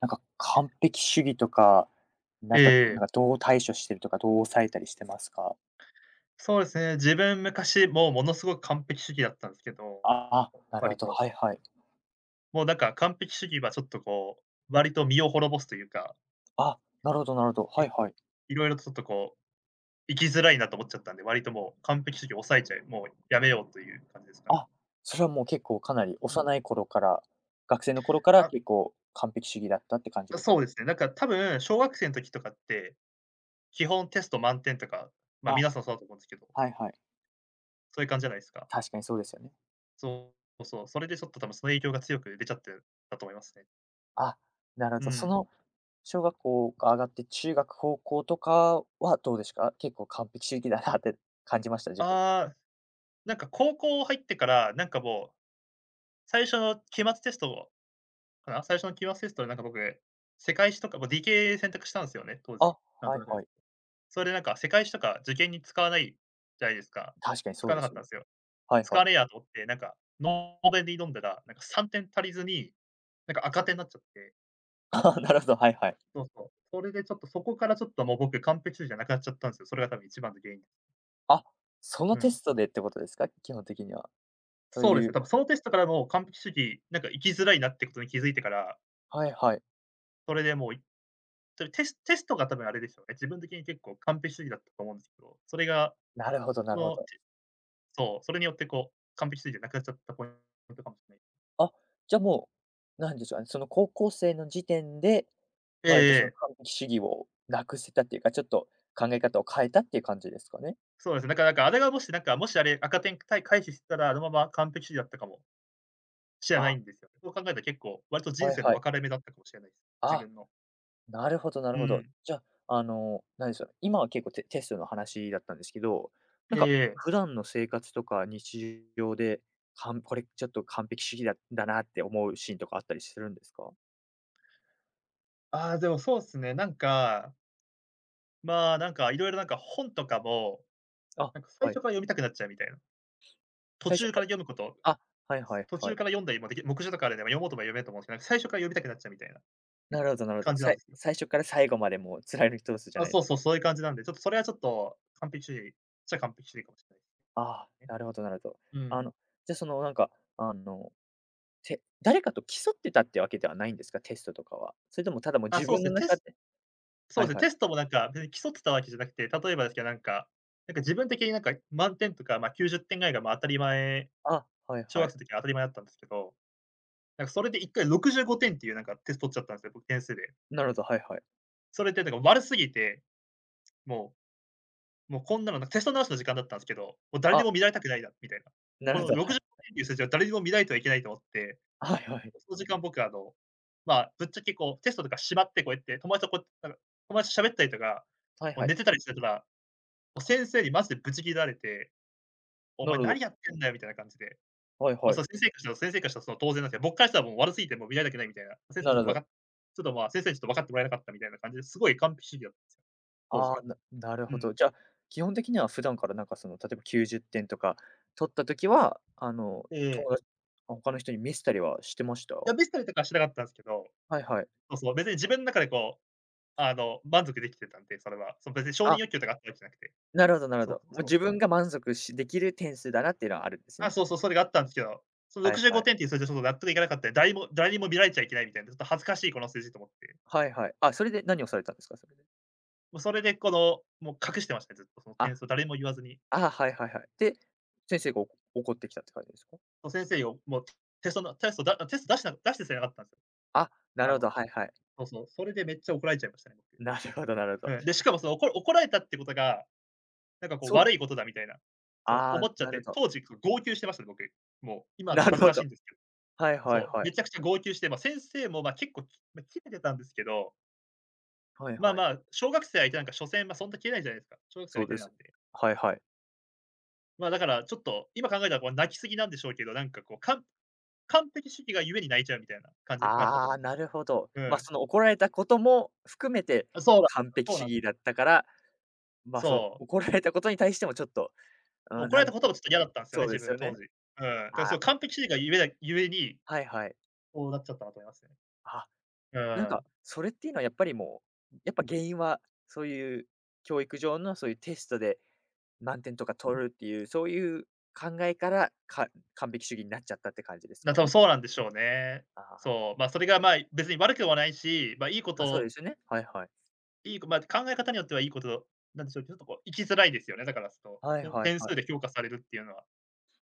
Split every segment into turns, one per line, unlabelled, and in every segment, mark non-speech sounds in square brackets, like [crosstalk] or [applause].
なんか、完璧主義とかにな
え
った時な
え、
んか、どう対処してるとか、どう抑えたりしてますか？
そうですね。自分昔もうものすごく完璧主義だったんですけど、
ああ、なるほ
割
ど、
と。
はいはい。
もう完璧主義はちょっとこう、割と身を滅ぼすというか、
あ、なるほどなるほど、はい
結構
はい。
いろいろとちょっとこう、生きづらいなと思っちゃったんで、割ともう完璧主義を抑えちゃいもうやめようという感じですかね。
あ、それはもう結構かなり
うん。
幼い頃から、学生の頃から
あ、
結構完璧主義だったって感じです
そうで
か？
すね。なんか多分小学生の時とかって、基本テスト満点とか、ま、
あ、
皆さんそうだと思うんですけど、
はいはい。
そういう感じじゃないですか。
確かにそうですよね。
そうそう、それでちょっと多分その影響が強く出ちゃってたと思いますね。
あ、なるほ
う
ど。そ
ん。
の小学校が上がって中学、高校とかはどうですか？結構完璧主義だなって感じました？自分で。
ああ、なんか高校入ってから、なんかもう、最初の期末テスト最初の期末テストでなんか僕、世界史とか、もう理系選択したんですよね、当
あ、
時。
は
なんと
い
なくで
は
す。
い。
それでなんか世界史とか受験に使わないじゃないですか。
確かにそ
使
う
わな
です
かったんですよ。
はい
使
は
わ
い。
ねえやと思って、なんかノーベルに挑んだら、なんか3点足りずに、なんか赤点になっちゃって、
ああ、なるほど、はいはい。
そうそう。それでちょっとそこからちょっともう僕完璧主義じゃなくなっちゃったんですよ。それが多分一番の原因。
あ、その
う
テ
ん。
ストでってことですか？基本的には。と
そうで
い
すね、
う
多分そのテストからもう完璧主義、なんか生きづらいなってことに気づいてから、
はいはい。
それでもうそテステストが多分あれですよね、自分的に結構完璧主義だったと思うんですけど、それが、
なるほどな
そ
るほ
の、
ど。
そう、それによってこう、完璧主義じゃなくなっちゃったポイントかもしれない。
あ、じゃあもう、なんでしょう、ね、その高校生の時点で、
ええ
割と
え
その
え、
完璧主義をなくせたっていうか、ちょっと考え方を変えたっていう感じですかね？
そうですね。だからなんかあれがもしなんか、もしあれ赤点回避してたら、あのまま完璧主義だったかもしれない
あ、
んですよね。そう考えたら結構、割と人
はい
生の
は
分
い。
かれ目だったかもしれないです。自
あ
分の。
なるほどな
う
るほど。
ん。
じゃあ、あの、何でしょう、今は結構テストの話だったんですけど、
え
なんか
えええ。
普段の生活とか日常で、かんこれちょっと完璧主義だなって思うシーンとかあったりするんですか？
ああ、でもそうっすね、なんか、まあ、なんか色々なんか本とかも、
あ、
なんか最
は
初
い。
から読みたくなっちゃうみたいな。途
最初
中か
か
ら
ら
読むこと
あ、はいはい
途
は
中
い。
から読んだりもでき目次とかあるんで、ま、読もうとも読めると思うんですけど、なんか最初から読みたくなっちゃうみたいな
なるほどなるほ
感
ど。
じな
さ
ん
い
ですよ。
最初から最後までもう貫き通すじゃ
あ、
ない
そ
で
う
す
そう、
けど。
そういう感じなんで、ちょっとそれはちょっと完璧主義っちゃ完璧主義かもしれ
ああ、
ないですね。
なるほどなるほど。
う
あ
ん。
の、じゃ、そのなんか、あの、て誰かと競ってたってわけではないんですか？テストとかは。それともただもう
あ、
自
そう
分
す
の
ね、テ
中
ス
で
そ
は
う
い
ですね、
はい。
テストもなんか別に競ってたわけじゃなくて、例えばですけど、なんか自分的になんか満点とか、ま、90点ぐらいが、ま、当たり前
あ、はい
小
は
学
い。
生の時は当たり前だったんですけど、なんかそれで1回65点っていうなんかテスト取っちゃったんですよ、僕点数で。
なるほど、はいはい。
それってなんか悪すぎて、もうもうこんなのなんかテスト直しの時間だったんですけど、もう誰に
あ、
も見られたくないなみたいな。
な
こ
るほ
の
ど、は
60
い。
点っていう数字を誰にも見られてはいけないと思って、
はいはい。
その時間僕あの、まあ、ぶっちゃけこうテストとかしまってこうやって友達と喋ったりとか、
はい
こう
は
寝
い。
てたりしてたら、もう先生にマジでブチ切られて、お
なる
前
ほ
何
ど。
やってんだよみたいな感じで、
はい
まあ、
はい。
先生からしたらその当然なんですけど、僕からしたらもう悪すぎてもう見られたくないみたいな、先生
な
ちょ
る
っ
ほ
とわか
ど。
っちょっとまあ、先生にちょっと分かってもらえなかったみたいな感じで、すごい完璧主義だったんですよ、当
あ
時
あ、
は。
ななる
う
ほ
ん。
ど。じゃあ、基本的には普段からなんかその、例えば90点とか取った時は、あの、
で、
友達あ、他の人に見せたりはしてました？
いや、見せたりとかはしなかったんですけど、
はいはい。
そうそう、別に自分の中でこう、あの、満足できてたんで、それは。その別に承認
あ、
欲求とかあったわけじゃなくて。
なるほどなるほ
そ
ど。
うそう
もう
そう。
自分が満足しできる点数だなっていうのはあるんです
あ、
ね。
そうそう、それがあったんですけど、その
はい
65
はい。
点っていう数字はちょっと納得いかなかったんで、誰にも見られちゃいけないみたいな、ちょっと恥ずかしいこの数字と思って。
はいはい。あ、それで何をされたんですか？それで。
もうそれでこの、もう隠してましたね、ずっとその
あ、
点数を誰にも言わずに。
ああ、はいはいはい。で、先生が怒ってきたって感じですか？
そう先生にも、もうテストのテストだテスト出してさえなかったんですよ。
あ、な
あ
るほ
の、
ど、はいはい。
そうそう、それでめっちゃ怒られちゃいましたね、僕。
なるほどなるほど。
うん。で、しかもその怒られたってことがなんかこう
そう
悪いことだみたいな、そう
ああ、
思っちゃっ
なる
て、
ほど。
当時こう号泣してましたね、僕。もう今だと
な
恥
る
ず
ほ
かしい
ど。
んですけど。
はいは
そ
い
う、
はい。
めちゃくちゃ号泣して、まあ、先生も、ま、結構、まあ、切れてたんですけど、
はい
まあ
はい。
まあ、小学生相手なんか所詮、ま、そんな切れないじゃないですか。小学生
そう
相手
で
な
す。
んで。
はいはい。
ま、あ、だからちょっと、今考えたらこう泣きすぎなんでしょうけど、なんかこう、完璧主義がゆえに泣いちゃうみたいな感じだったと
あ
思
あ、
います。
なるほど。
う
ま、あ
ん。
その怒られたことも含めて
あ、そうなんです
完
よ、
璧
そうな
主
んで
義
す
だ
よ。
ったから、ま、あその
そう。
怒られたことに対してもちょっと、うん、
怒ら
な
れた
ん
こともちょっと嫌だったんですよね、
そう
自
です
分
よ
当
ね。
時。うん。だからそ
あ、
う、完璧主義がゆえだゆえに、
はいはい。
こうなっちゃったなと思いますね。
あ、
う
なんか
ん。
それっていうのはやっぱりもう、やっぱ原因はそういう教育上のそういうテストで満点とか取るっていう、そういう考えから、か完璧主義になっちゃったって感じですか
多分
ね？
そうなんでしょうね。
ああ。
そう、まあ、それが、まあ、別に悪くはないし、まあ、いいこ
まあ、そうで
と、
すよね。はいはい。
いいこまあ、考え方によってはいいことなんでしょうけど、ちょっとこう生きづらいですよね。だからその、
はいはい
点
は
数
い。
で評価されるっていうのは。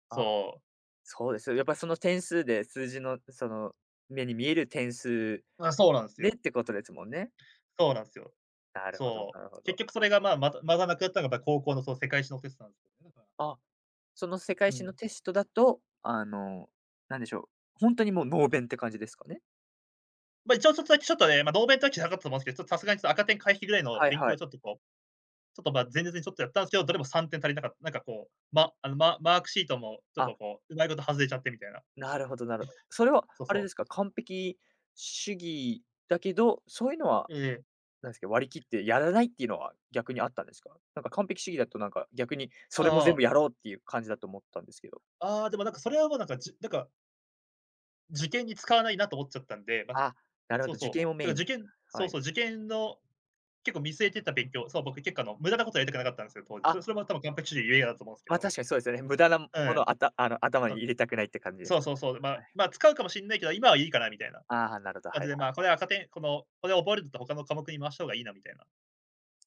ああ、
そう。
そうですよ。やっぱりその点数で、数字のその、目に見える点数
あ、そうなんです
でっ
よ。
てことですもんね。
そうなんですよ。
なるほど
そ
な
う。
るほ
結
ど。
局それが、まあ、またまたなくなったのが、高校のその世界史のテストなんですけどね、だから。
あ、その世界
う
史
ん。
のテストだと、あの、なんでしょう、本当にもう能弁って感じですかね？
まあ、一応ちょっとだけちょっとね、まあ、ノーベルとはなかったと思うんですけど、ちょっとさすがにちょっと赤点回避ぐらいの
はい
勉強
は
を
い。
ちょっとこうちょっと、ま、前日にちょっとやったんですけど、どれも3点足りなかった。なんかこう、まあの、ママークシートもちょっ
あ、
とこう、うまいこと外れちゃってみたいな。
なるほどなるほど。それは
そう
あれで
そ
す
う。
か、完璧主義だけど、そういうのは
ええ。
なんですけど、割り切ってやらないっていうのは逆にあったんですか？なんか完璧主義だとなんか逆にそれも全
あ
部
あ、
やろうっていう感じだと思ったんですけど。
ああ、でもなんかそれはもうなんか、受験に使わないなと思っちゃったんで、ま、
あ、なるほ
そう
ど、受
そう。
験を
だか
メ
ら
インに。
受験そ
は
う
い。
そう、受験の結構見据えてた勉強、そう、僕結構あの、無駄なことはやりたくなかったんですよ、当時。
あ、
それも多分完璧主義ゆえだと思うんですけ
ま、
ど。
確かにそうですよね。無駄なも
うん。
のをあたあの、頭に入れたくないって感じです
そ
ね。
そうそうそう。ま
は
あ、
い。
ま、使うかもしんないけど、今はいいかなみたいな
ああ、なるほど、
感
はい
じで、
は
ま、
い。
これ赤点この、これ覚えるんだったら他の科目に回した方がいいなみたいな。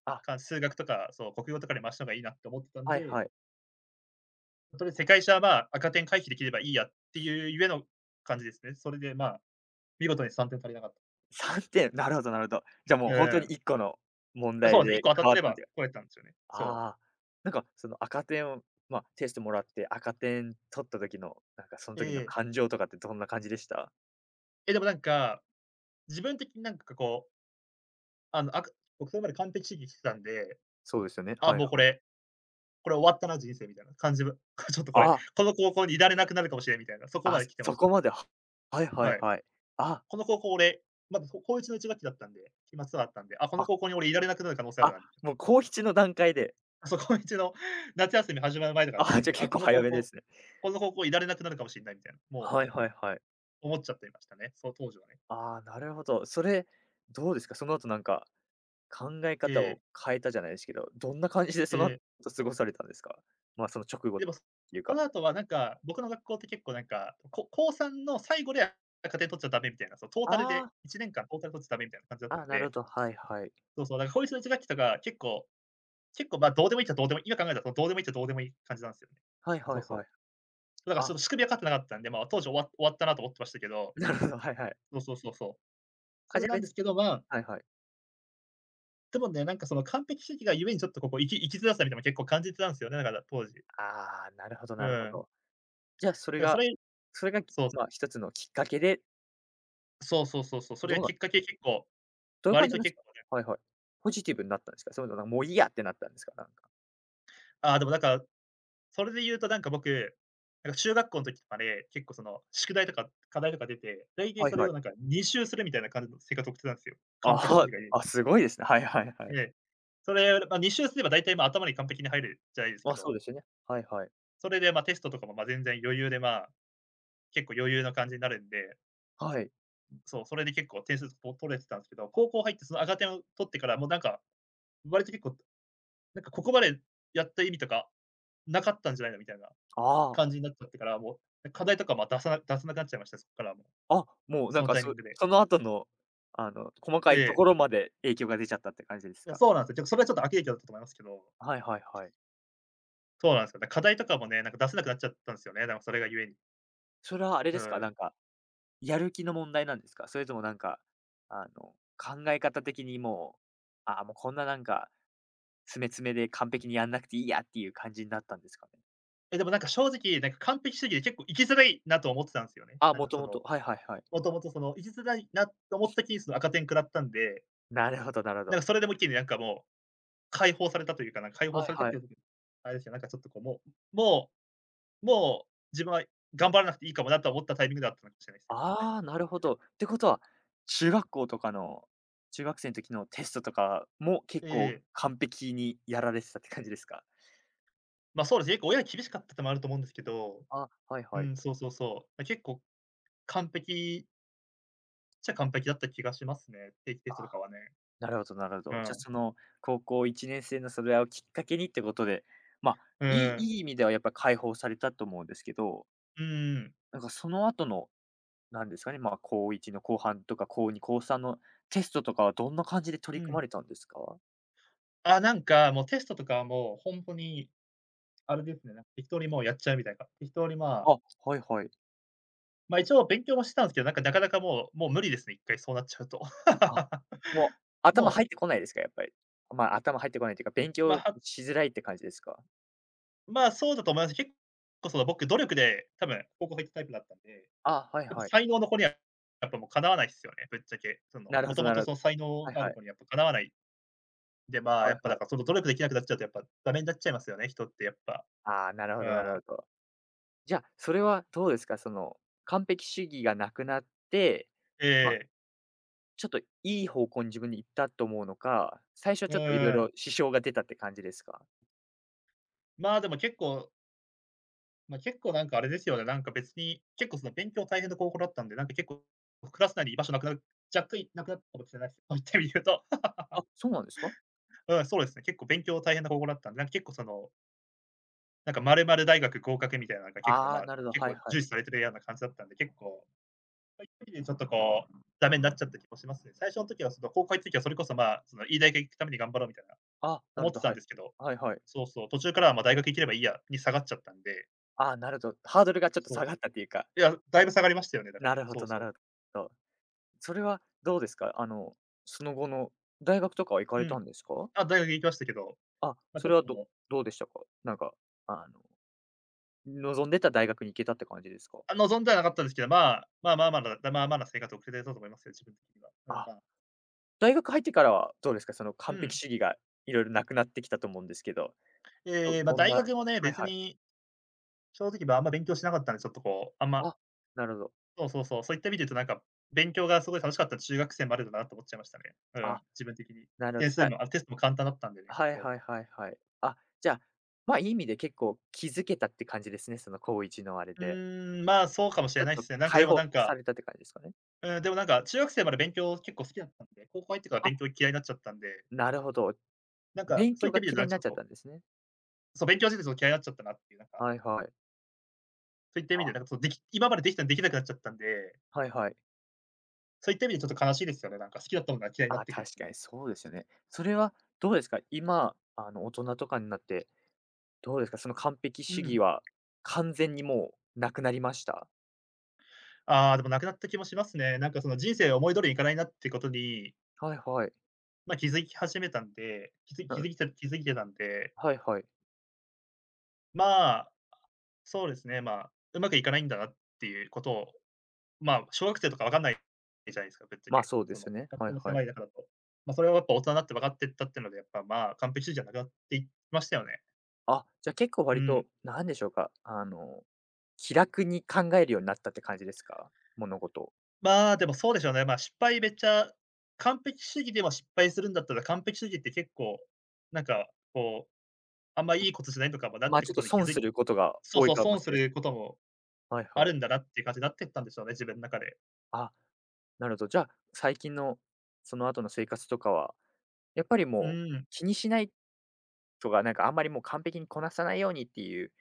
あ、
か、数学とか、そう、国語とかで回した方がいいなって思ってたん
はい
で、
はい。
とりあえず世界史は、まあ、赤点回避できればいいやっていうゆえの感じですね。それで、まあ、見事に3点足りなかった。
3点、なるほどなるほど。じゃあも
う
うほんとに
ん。
1個の問
あ、そ
題
うですね、1
で
個当たっ
変
て
わっ
れ
たっ
ば
ていう
取れたんですよね。そう。
ああ、なんかその赤点を、ま、テストもらって赤点取った時の、なんかそん
え
時の
え。
感情とかってどんな感じでした？
え、でもなんか、自分的になんかこう、あの、あく僕それまで完璧主義してたんで、
そうですよね。
あ、
はい
もうこ
はい。
れ、これ終わったな人生みたいな感じは、[laughs] ちょっとこれ、
あ、
この高校にいられなくなるかもしれんみたいな、そこま
あ、
で来てま
そ
し
こ
た。
まで、ははいは
は
い
い。
はい。あ、
この高校俺、まだ、こ高一のいち学期だったんで、期末あったんで、あ、この
あ、
高校に俺いられなくなる可能性ある
あ、
なみたい
もう高7の段階で。
な。そう、高1の [laughs] 夏休み始まる前とかあった
あ、
ん
じゃあ
で、あ、
結
こ
構
の
早
高
めで
校
すね。
いられなくなるかもしんないみたいな、も
はいはいはい。
う思っちゃっていましたね、その当時はね。
ああ、なるほど。それ、どうですか？その後なんか、考え
え
方
え、
を変えたじゃないですけど、どんな感じで [laughs]
え
その
え、
後過ごされたんですか？まあ、その直後っ
でも、そ
ていうか。
の後はなんか、僕の学校って結構なんか、こ高3の最後で赤点取っちゃダメみたいな、そのトータルで
あ
1年間トータル取っちゃダメみたいな感じだっ
あ、
た
あ、
ん
なるほ
で、
ど、はいはい。
そうそう、だから高一のいち学期とか結構、ま、どうでもいいっちゃどうでもいい今考えたらどうでもいいっちゃどうでもいい感じなんですよね。
はいは
そう
いは
そ
い。
う。だから
あ、
ちょっと仕組み分かってなかったんで、まあ、当時終わったなと思ってましたけど、
なるほど、はいはい。
そうそうそうそう。そ
あ、
れ
じゃあ
なんで
別
すけど、まあ、
はいはい。
でもね、なんかその完璧主義がゆえにちょっと生き生きづらさみたいなのも結構感じてたんですよね、だから当時。
ああ、なるほど
う
なるほ
ん。
ど。じゃあ、
だ
それ
からそ
が
れ
それが、
そう、
まあ、一つのきっかけで、
そうそうそうそう、それ
ど
が
う
き
な
っかけ結構、
どういう
割
感じ
と
なんです
結
か？
構ね、
はいはい。ポジティブになったんですか？それとも、なんかもういいやってなったんですか？なんか。
ああ、でもなんか、それで言うとなんか僕、なんか中学校の時とかで、結構その宿題とか課題とか出て、大体
はい
それ
は
を
い。
なんか2週するみたいな感じの生活を送ってたんですよ。
あ、
完璧主
は
義がゆえに。
あ、すごいですね。はいはいはい。
で、それ、まあ、2週すれば大体まあ頭に完璧に入るじゃないです
ま
け
あ、そ
ど、
うですよね。はいはい。
それで、ま、テストとかも、ま、全然余裕で、まあ、結構余裕な感じになるんで、
はい。
そう、それで結構点数と取れてたんですけど、高校入ってその赤点を取ってから、もうなんか、割と結構、なんかここまでやった意味とかなかったんじゃないのみたいな
あ
感じになっちゃってから、もう、課題とか、ま、出さなくなっちゃいました、そこからもう、
あ、あ、もうな
そ
ん
の
か、
タイミ
そ
ングで。
その後の、あの、細か
え
いと
え。
ころまで影響が出ちゃったって感じです
いや、
か？
そうなんですよ。それはちょっと悪影響だったと思いますけど、
はいはいはい。
そうなんですよ。だ、課題とかもね、なんか出せなくなっちゃったんですよね、なんかそれが故に。
それはあれ
う
ですか？
ん。
なんか、やる気の問題なんですか？それともなんか、あの、考え方的にもう、ああ、もうこんななんか詰め詰めで完璧にやんなくていいやっていう感じになったんですかね？
え、でもなんか正直、なんか完璧主義で結構生きづらいなと思ってたんですよね。
あ、
なん
も
か
と
そ
も
の
と、はいはいはい。
もともとその、いきづらいなと思ってた時に、その赤点食らったんで、
なるほどなるほ
なん
ど。
かそれでも一気になんかもう、解放されたというか、なんか解放
は
さ
い
れたっ
は
て
い。
いう、あれですよ、なんかちょっとこう、ももう自分は頑張らなくていいかもなと思ったタイミングだったのかもしれないですね。そのタイ
ああ、なる
ミ
ほ
ングで。
ど。ってことは、中学校とかの中学生の時のテストとかも結
え
構
え。
完璧にやられてたって感じですか？
ま、そうですね、結構親が厳しかったってのもあると思うんですけど、
あ、はい
う
はい。
ん、そうそうそう。結構完璧っ完璧だった気がしますね、定期テストとかはね。
なるほどなるほ
う
ど。じゃ、
ん。
その高校1年生のそれをきっかけにってことで、まあ、
う
いい
ん。
いい意味ではやっぱ解放されたと思うんですけど、
うんうん。
なんかその後のなんですかね、まあ、高1の後半とか、高2、高3のテストとかはどんな感じで取
う
り組ま
ん。
れたんですか？
あ、なんかもうテストとかはもうほんとにあれですね、なんか適当にもうやっちゃうみたいな。適当にまあ、
あ、はいはい。
ま、一応勉強もしてたんですけど、なんかなかなかもう無理ですね、一回そうなっちゃうと。
あ、もう
[laughs]
頭
も
入
う、
ってこないですか？やっぱり。まあ、頭入ってこないというか、勉
ま、
強
あ
しづらいって感じですか？
まあ、そうだと思います。結構その僕、努力で多分高校入ったタイプだったんで、
あ、はい
やっぱ
はい。
才能の子にはやっぱもうかなわないっすよね、ぶっちゃけ。その、
なる
も
ほ
と
ど
も
なる
と
ほ
そ
ど
の才能
はい
があ
は
る
い。
子にやっぱかなわない。で、まあ、
は
や
い
っぱ
は
だ
い。
からその努力できなくなっちゃうとやっぱダメになっちゃいますよね、人ってやっぱ。
ああ、なる
う
ほどな
ん。
るほど。じゃあ、それはどうですか？その、完璧主義がなくなって、
え
まあ、
え。
ちょっといい方向に自分に行ったと思うのか、最初は
う
ちょっといろい
ん。
ろ支障が出たって感じですか？
まあ、でも結構まあ、結構なんかあれですよね、なんか別に、結構その勉強大変な高校だったんで、なんか結構、クラス内に居場所なくなる若干なくなったかもしれないです。[laughs] そういってみると、
あ、そうなんですか？
うん、そうですね、結構勉強大変な高校だったんで、なんか結構その、なんか〇〇大学合格みたいなのが結構、
あ
ま
あ、
あ、
なるほど、
結
は
構
いは
重
い。
視されてるような感じだったんで、結構、そういった意味でちょっとこう、ダメになっちゃった気もしますね。最初の時はその高校行った時はそれこそ、まあ、そのいい大学行くために頑張ろうみたいな、
あ、な
思
る
っ
ほ
て
ど、
た
は
んで
い。
すけど、
はいはい。
そうそう、途中からは、ま、大学行ければいいやに下がっちゃったんで、
ああ、なるほど。ハードルがちょっと
そう。
下がったっていうか。
いや、だいぶ下がりましたよね、だから。
なるほ
そう
どな
そう。
るほど。それはどうですか？あの、その後の大学とかは行かれ
う
た
ん。
んですか？
あ、大学行きましたけど、
あ、
まあ、
そ
ちょ
れ
っ
はど
と、
どうでしたか？なんか、あの、望んでた大学に行けたって感じですか？
あ、望んではなかったんですけど、まあ、まあまあまだだまあまだな生活を送れてたと思いますよ、自分的には。うん、
あ、
まあ、
大学入ってからはどうですか？その
う
完璧
ん。
主義がいろいろなくなってきたと思うんですけど、ど
ええ、まあ、
どん
大
な
学もね、
はい
別
はい。
に正直、まあ、あんま勉強しなかったんで、ちょっとこう、あんま
あ、なるほど。
そうそうそう、そういった意味で言うとなんか、勉強がすごい楽しかった中学生までだなと思っちゃいましたね。うん、
あ、
自分的に。
なるほ
点数
ど。
も、あ、テストも簡単だったんでね、
はい
そう。
はいはいはい。あ、じゃあ、まあ、いい意味で結構気づけたって感じですね、その高一のあれ
う
で。
ーん、まあ、そうかもし
ち
れ
ょっ
ないっ
と
すね。なんかで
解
も
放
なん
さ
か、
れたって感じですかね？
うん、でもなんか中学生まで勉強結構好きだったんで、高校入ってから
あ、
勉強嫌いになっちゃったんで、
なるほど。
なんか
勉
そうい
強
った
が
意味で
嫌
は
いに
ち
な
ょ
っ
っ
ちゃっ
と
たんですね。
そう、勉強してて、その、嫌いになっちゃったなっていう、なんか、
はいはい。
そういった意
あ、
味で、なんか、そう、でき今までできたのにできなくなっちゃったんで、
はいはい。
そういった意味でちょっと悲しいですよね、なんか、好きだったものが嫌いになっ
あ、
てくる
確
の
か
は。
にそうですよね。それはどうですか？今、あの、大人とかになって、どうですか？その完璧
う
主
ん。
義は完全にもうなくなりました？
ああ、でもなくなった気もしますね。なんか、その、人生思い通りにいかないなってことに、
はいはい。
ま、気づき始めたんで、
な
気づいてたんで、
はいはい。
まあ、そうですね、まあ、うまくいかないんだなっていうことを、まあ、小学生とか分かんないじゃないですか、ぶっちゃ
まあ、
け。
そうで
その、
すよね。
学
は
校
い
の
はい。
狭い中だと。ま、それをやっぱ大人になって分かってったってので、やっぱ、まあ、完璧主義じゃなくなっていきましたよね。
あ、じゃあ結構
う
割と、
ん。
なんでしょうか、あの、気楽に考えるようになったって感じですか？物事を。
まあ、でもそうでしょうね。まあ、失敗めっちゃ完璧主義でも失敗するんだったら、完璧主義って結構、なんかこう、あんまいいことじゃないのかもなっ
ま、
て
ちょ
こ
っと
とに気
損
づ
す
い
ることが
そう
多
そ
い
う、
かも
損
し
す
れ
ることも
ないはい
あ
はい。
るんだなっていう感じになってったんでしょうね、自分の中で。
あ、なるほど。じゃあ、最近のその後の生活とかは、やっぱり
う
もう
ん。
気にしないとか、なんかあんまりもう完璧にこなさないようにっていう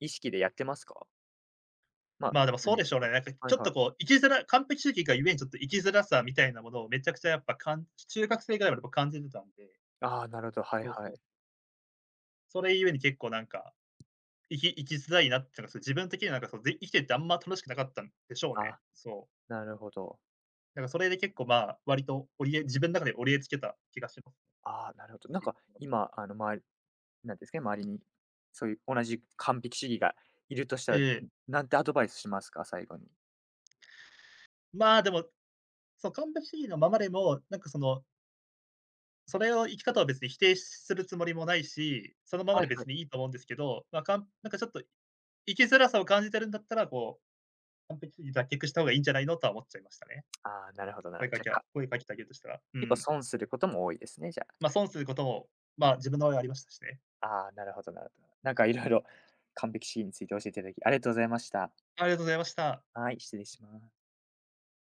意識でやってますか？まあ、
まあ、でもそう
何
で
し
しょうね。
ろ
なんか
は
ち
い
ょっ
は
と
い。
こう、生きづら完璧主義がゆえにちょっと生きづらさみたいなものをめちゃくちゃやっぱ中学生ぐらいまで僕感じてたんで、
ああ、なるほど、はい
そう
はい。
そう。それゆえに結構なんか、生き生きづらいなっていうのが、そ、自分的になんかそう、で生きててあんま楽しくなかったんでしょう
あ、
ね。そう。
なるほど。
なんかそれで結構、まあ、割と折りえ自分の中で折りえつけた気がします
ああ、なるほど。なん
ね。
か
[unintelligible]
今、あの、周りなんていうんですかね、周りに、そういう同じ完璧主義がいるとした
え
ら、ん、
え。
なんてアドバイスしますか？最後に。
まあ、でも、そう、完璧主義のままでも、なんかその、それを生き方を別に否定するつもりもないし、そのまま
は
で
いは
別
い。
にいいと思うんですけど、まあ、なんかちょっと生きづらさを感じてるんだったら、こう、完璧主義に脱却した方がいいんじゃないのとは思っちゃいましたね。
ああ、なるほどなるほど。じゃ、か
声かけてあげるとしたら。う
結構
ん。
損することも多いですね、じゃあ。
ま、損することも、まあ、自分の場合はありましたしね。
ああ、なるほどなるほど。なんかいろいろ完璧主義について教えていただき、ありがとうございました。
ありがとうございました。
はい、失礼します。